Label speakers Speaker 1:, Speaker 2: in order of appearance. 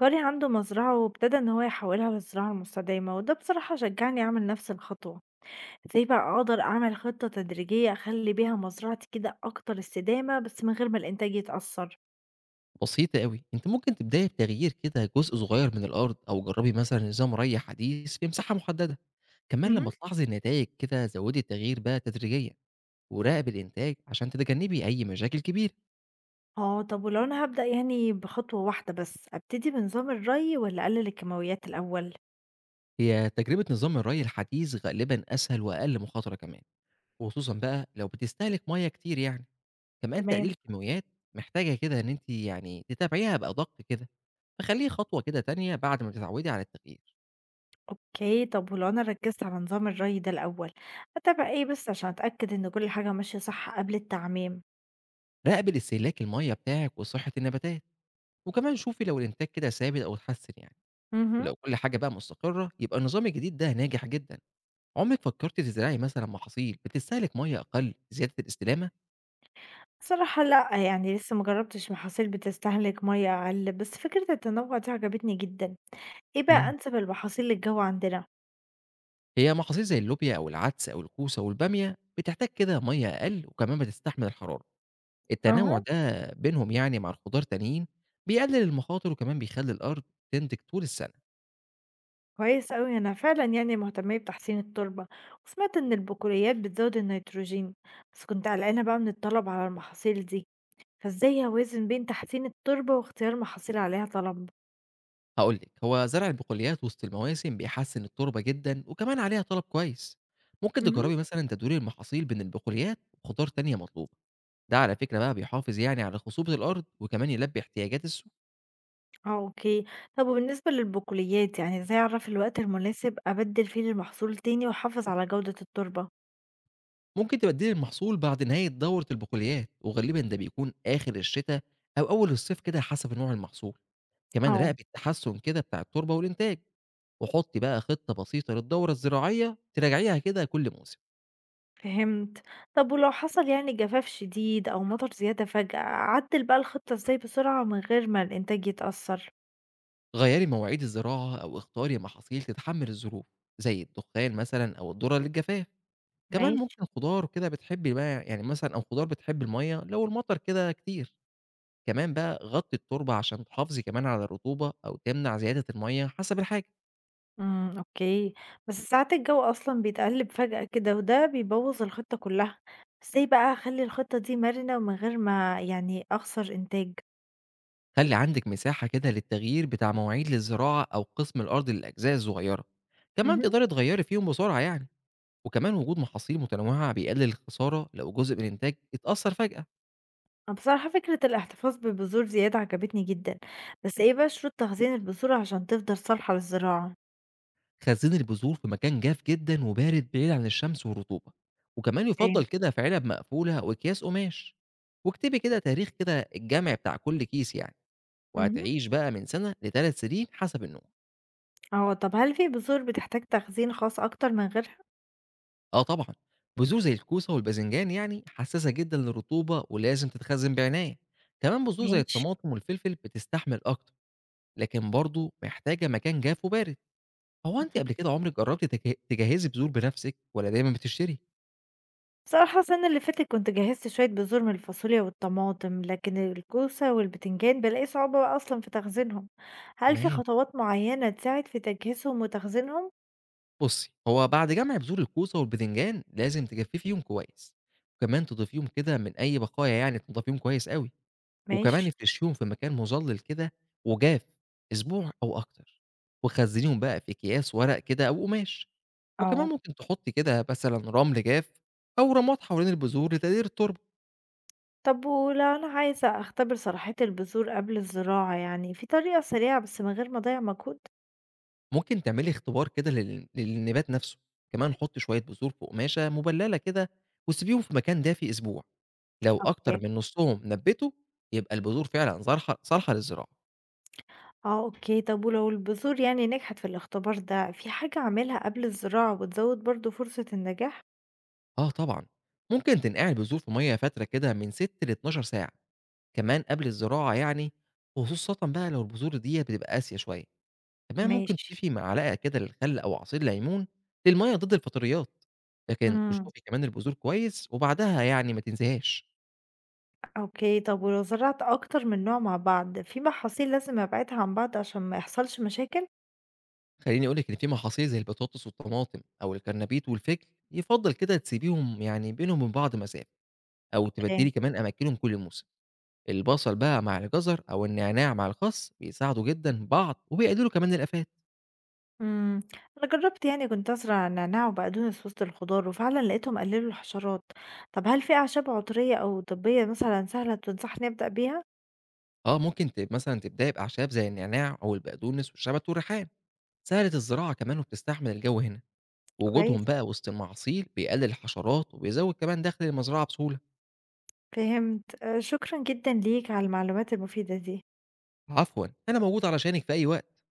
Speaker 1: جاري عنده مزرعة وابتدى إن هو يحولها للزراعة المستدامة وده بصراحة شجعني أعمل نفس الخطوة. ازاي بقى أقدر أعمل خطة تدريجية أخلي بيها مزرعتي كده أكتر استدامة بس من غير ما الإنتاج يتأثر.
Speaker 2: بسيطة أوي، أنتِ ممكن تبدئي بتغيير كده جزء صغير من الأرض، أو جربي مثلًا نظام ري حديث في مساحة محددة، كمان لما
Speaker 1: مهم.
Speaker 2: تلاحظي النتايج كده زودي التغيير بقى تدريجيًا، وراقبي الإنتاج عشان تتجنبي أي مشاكل كبيرة،
Speaker 1: اه، طب ولو أنا هبدأ يعني بخطوة واحدة بس أبتدي بنظام الري ولا أقلل الكيماويات الأول؟
Speaker 2: هي تجربة نظام الري الحديث غالبًا أسهل وأقل مخاطرة كمان، وخصوصًا بقى لو بتستهلك مَيّة كتير يعني، كمان تقليل
Speaker 1: تمام.
Speaker 2: الكيماويات محتاجة كده إن أنتِ يعني تتابعيها بأدق كده، فخليه خطوة كده تانية بعد ما تتعودي على التغيير،
Speaker 1: اوكي، طب ولو أنا ركزت على نظام الري ده الأول، أتابع ايه بس عشان أتأكد إن كل حاجة ماشية صح قبل التعميم؟
Speaker 2: راقبي الاستهلاك المَيّة بتاعِك وصحة النباتات. وكمان شوفي لو الإنتاج كده ثابت أو اتحسن يعني،
Speaker 1: مهم.
Speaker 2: ولو كل حاجة بقى مستقرة يبقى النظام الجديد ده ناجح جدًا. عمرِك فكرتِ تزرعي مثلًا محاصيل بتستهلك مَيّة أقل لزيادة الاستدامة؟
Speaker 1: بصراحة لأ، يعني لسه ما جرّبتش محاصيل بتستهلك مَيّة أقل، بس فكرة التنوّع دي عجبتني جدًا. إيه بقى
Speaker 2: إمم.
Speaker 1: أنسب المحاصيل للجو عندنا؟
Speaker 2: هي محاصيل زي اللوبيا أو العدس أو الكوسة والبامية بتحتاج كده مَيّة أقل وكمان بتستحمل الحرارة. التنوع
Speaker 1: أها،
Speaker 2: ده بينهم يعني مع الخضار تانيين بيقلل المخاطر وكمان بيخلّي الأرض تنتج طول السنة.
Speaker 1: كويس أوي، أنا فعلًا يعني مهتمية بتحسين التربة، وسمعت إن البقوليات بتزوّد النيتروجين، بس كنت قلقانة بقى من الطلب على المحاصيل دي، فإزاي أوازن بين تحسين التربة واختيار محاصيل عليها طلب؟
Speaker 2: هقول لك هو زرع البقوليات وسط المواسم بيحسن التربه جدا وكمان عليها طلب كويس. ممكن
Speaker 1: اهم.
Speaker 2: تجربي مثلا تدوير المحاصيل بين البقوليات وخضار تانية مطلوبه. ده على فكره بقى بيحافظ يعني على خصوبه الارض وكمان يلبي احتياجات السوق.
Speaker 1: آه، أوكي. طب وبالنسبة للبقوليات، يعني إزاي أعرف الوقت المناسب أبدّل فيه المحصول تاني وأحافظ على جودة التربة؟
Speaker 2: ممكن تبدلي المحصول بعد نهايه دوره البقوليات وغالبا ده بيكون اخر الشتاء او اول الصيف كده حسب نوع المحصول. كمان
Speaker 1: آه.
Speaker 2: راقبي التحسن كده بتاع التربه والانتاج، وحطي بقى خطه بسيطه للدوره الزراعيه تراجعيها كده كل موسم.
Speaker 1: فهمت. طب ولو حصل يعني جفاف شديد أو مطر زيادة فجأة، أعدّل بقى الخطة إزاي بسرعة من غير ما الإنتاج يتأثّر؟
Speaker 2: غيّري مواعيد الزراعة أو اختاري محاصيل تتحمل الظروف، زي الدخان مثلًا أو الذرة للجفاف، كمان
Speaker 1: ماشي.
Speaker 2: ممكن خضار كده بتحبي بقى يعني مثلًا أو خضار بتحب المَيّة لو المطر كده كتير، كمان بقى غطّي التربة عشان تحافظي كمان على الرطوبة أو تمنع زيادة المَيّة حسب الحاجة،
Speaker 1: إمم، أوكي. بس ساعات الجو أصلًا بيتقلّب فجأة كده وده بيبوّظ الخطة كُلّها، إزاي بقى أخلّي الخطة دي مرنة ومن غير ما يعني أخسر إنتاج؟
Speaker 2: خلّي عندِك مساحة كده للتغيير بتاع مواعيد للزراعة أو قسم الأرض للأجزاء الصغيرة، كمان
Speaker 1: اهم.
Speaker 2: تقدري تغيّري فيهم بسرعة يعني، وكمان وجود محاصيل متنوعة بيقلل الخسارة لو جزء من الإنتاج اتأثّر فجأة.
Speaker 1: أنا بصراحة فكرة الاحتفاظ ببذور زيادة عجبتني جدًا، بس إيه بقى شروط تخزين البذور عشان تفضل صالحة للزراعة؟
Speaker 2: خزّين البذور في مكان جاف جدًا وبارد بعيد عن الشمس والرطوبة، وكمان يُفضّل
Speaker 1: تمام.
Speaker 2: كده في علب مقفولة أو أكياس قماش، واكتبي كده تاريخ كده الجمع بتاع كل كيس يعني،
Speaker 1: اهم.
Speaker 2: وهتعيش بقى من سنة ل3 سنين حسب النوع.
Speaker 1: آه، طب هل في بذور بتحتاج تخزين خاص أكتر من غيرها؟
Speaker 2: آه طبعًا، بذور زي الكوسة والباذنجان يعني حسّاسة جدًا للرطوبة ولازم تتخزّن بعناية، كمان بذور زي
Speaker 1: ماشي.
Speaker 2: الطماطم والفلفل بتستحمل أكتر، لكن برضه محتاجة مكان جاف وبارد. هو أنتِ
Speaker 1: اهم.
Speaker 2: قبل كده عمرِك جرّبتِ تجهّزي بذور بنفسِك والّا دايمًا بتشتري؟
Speaker 1: بصراحة السنة اللي فاتت كنت جهّزت شوية بذور من الفاصوليا والطماطم، لكن الكوسة والبتنجان بالاقي صعوبة بقى أصلًا في تخزينهم. هل في
Speaker 2: تمام.
Speaker 1: خطوات معيّنة تساعد في تجهيزهم وتخزينهم؟
Speaker 2: بُصّي، هو بعد جمع بذور الكوسة والباذنجان لازم تجفّفيهم كويس، وكمان تضيفيهم كده من أي بقايا يعني تنضفيهم كويس أوي، وكمان
Speaker 1: ماشي.
Speaker 2: افرشيهم في مكان مُظلّل كده وجاف أسبوع أو أكتر، وخزّنيهم بقى في أكياس ورق كده أو قماش، وكمان
Speaker 1: آه.
Speaker 2: ممكن تحطّي كده مثلًا رمل جاف أو رماد حوالين البذور لتقليل التربة.
Speaker 1: طب ولو أنا عايزة أختبر صلاحية البذور قبل الزراعة يعني، في طريقة سريعة بس من غير ما أضيّع مجهود؟
Speaker 2: ممكن تعملي اختبار كده للنبات نفسه، كمان حُطّي شوية بذور في قماشة مبللة كده وسيبيهم في مكان دافي أسبوع، لو أكتر
Speaker 1: أوكي.
Speaker 2: من نُصّهم نبّتوا يبقى البذور فعلًا صارحة صالحة للزراعة.
Speaker 1: آه، أوكي. طب ولو البذور يعني نجحت في الاختبار ده، في حاجة أعملها قبل الزراعة وتزود برضه فرصة النجاح؟
Speaker 2: آه طبعًا، ممكن تنقعي البذور في مَيّة فترة كده من 6 ل12 ساعة، كمان قبل الزراعة يعني، خصوصًا بقى لو البذور ديّة بتبقى قاسية شوية، كمان ممكن
Speaker 1: ماشي.
Speaker 2: تضيفي معلقة كده للخل أو عصير ليمون للمَيّة ضد الفطريات، لكن
Speaker 1: إمم.
Speaker 2: اشطفي كمان البذور كويس وبعدها يعني ما تنسيهاش.
Speaker 1: أوكي، طب ولو زرعت أكتر من نوع مع بعض، في محاصيل لازم أبعدها عن بعض عشان ما يحصلش مشاكل؟
Speaker 2: خليني اقول لك ان في محاصيل زي البطاطس والطماطم او الكرنبيط والفجل يفضل كده تسيبيهم يعني بينهم وبين بعض مسافه، او
Speaker 1: تمام.
Speaker 2: تبدلي كمان اماكنهم كل موسم. البصل بقى مع الجزر او النعناع مع الخس بيساعدوا جدا بعض وبيقللوا كمان الافات.
Speaker 1: امم. أنا جربت يعني كنت أزرع نعناع وبقدونس وسط الخضار وفعلا لقيتهم قللوا الحشرات. طب هل في أعشاب عطرية أو طبية مثلا سهلة تنصحني أبدأ بيها؟
Speaker 2: اه ممكن مثلا تبداي باعشاب زي النعناع او البقدونس والشبت والريحان، سهله الزراعه كمان وبتستحمل الجو هنا،
Speaker 1: كويس.
Speaker 2: وجودهم بقى وسط المحاصيل بيقلل الحشرات وبيزود كمان دخل المزرعه بسهوله.
Speaker 1: فهمت. آه، شكرا جدا ليك على المعلومات المفيدة دي.
Speaker 2: عفوا انا موجود علشانك في اي وقت.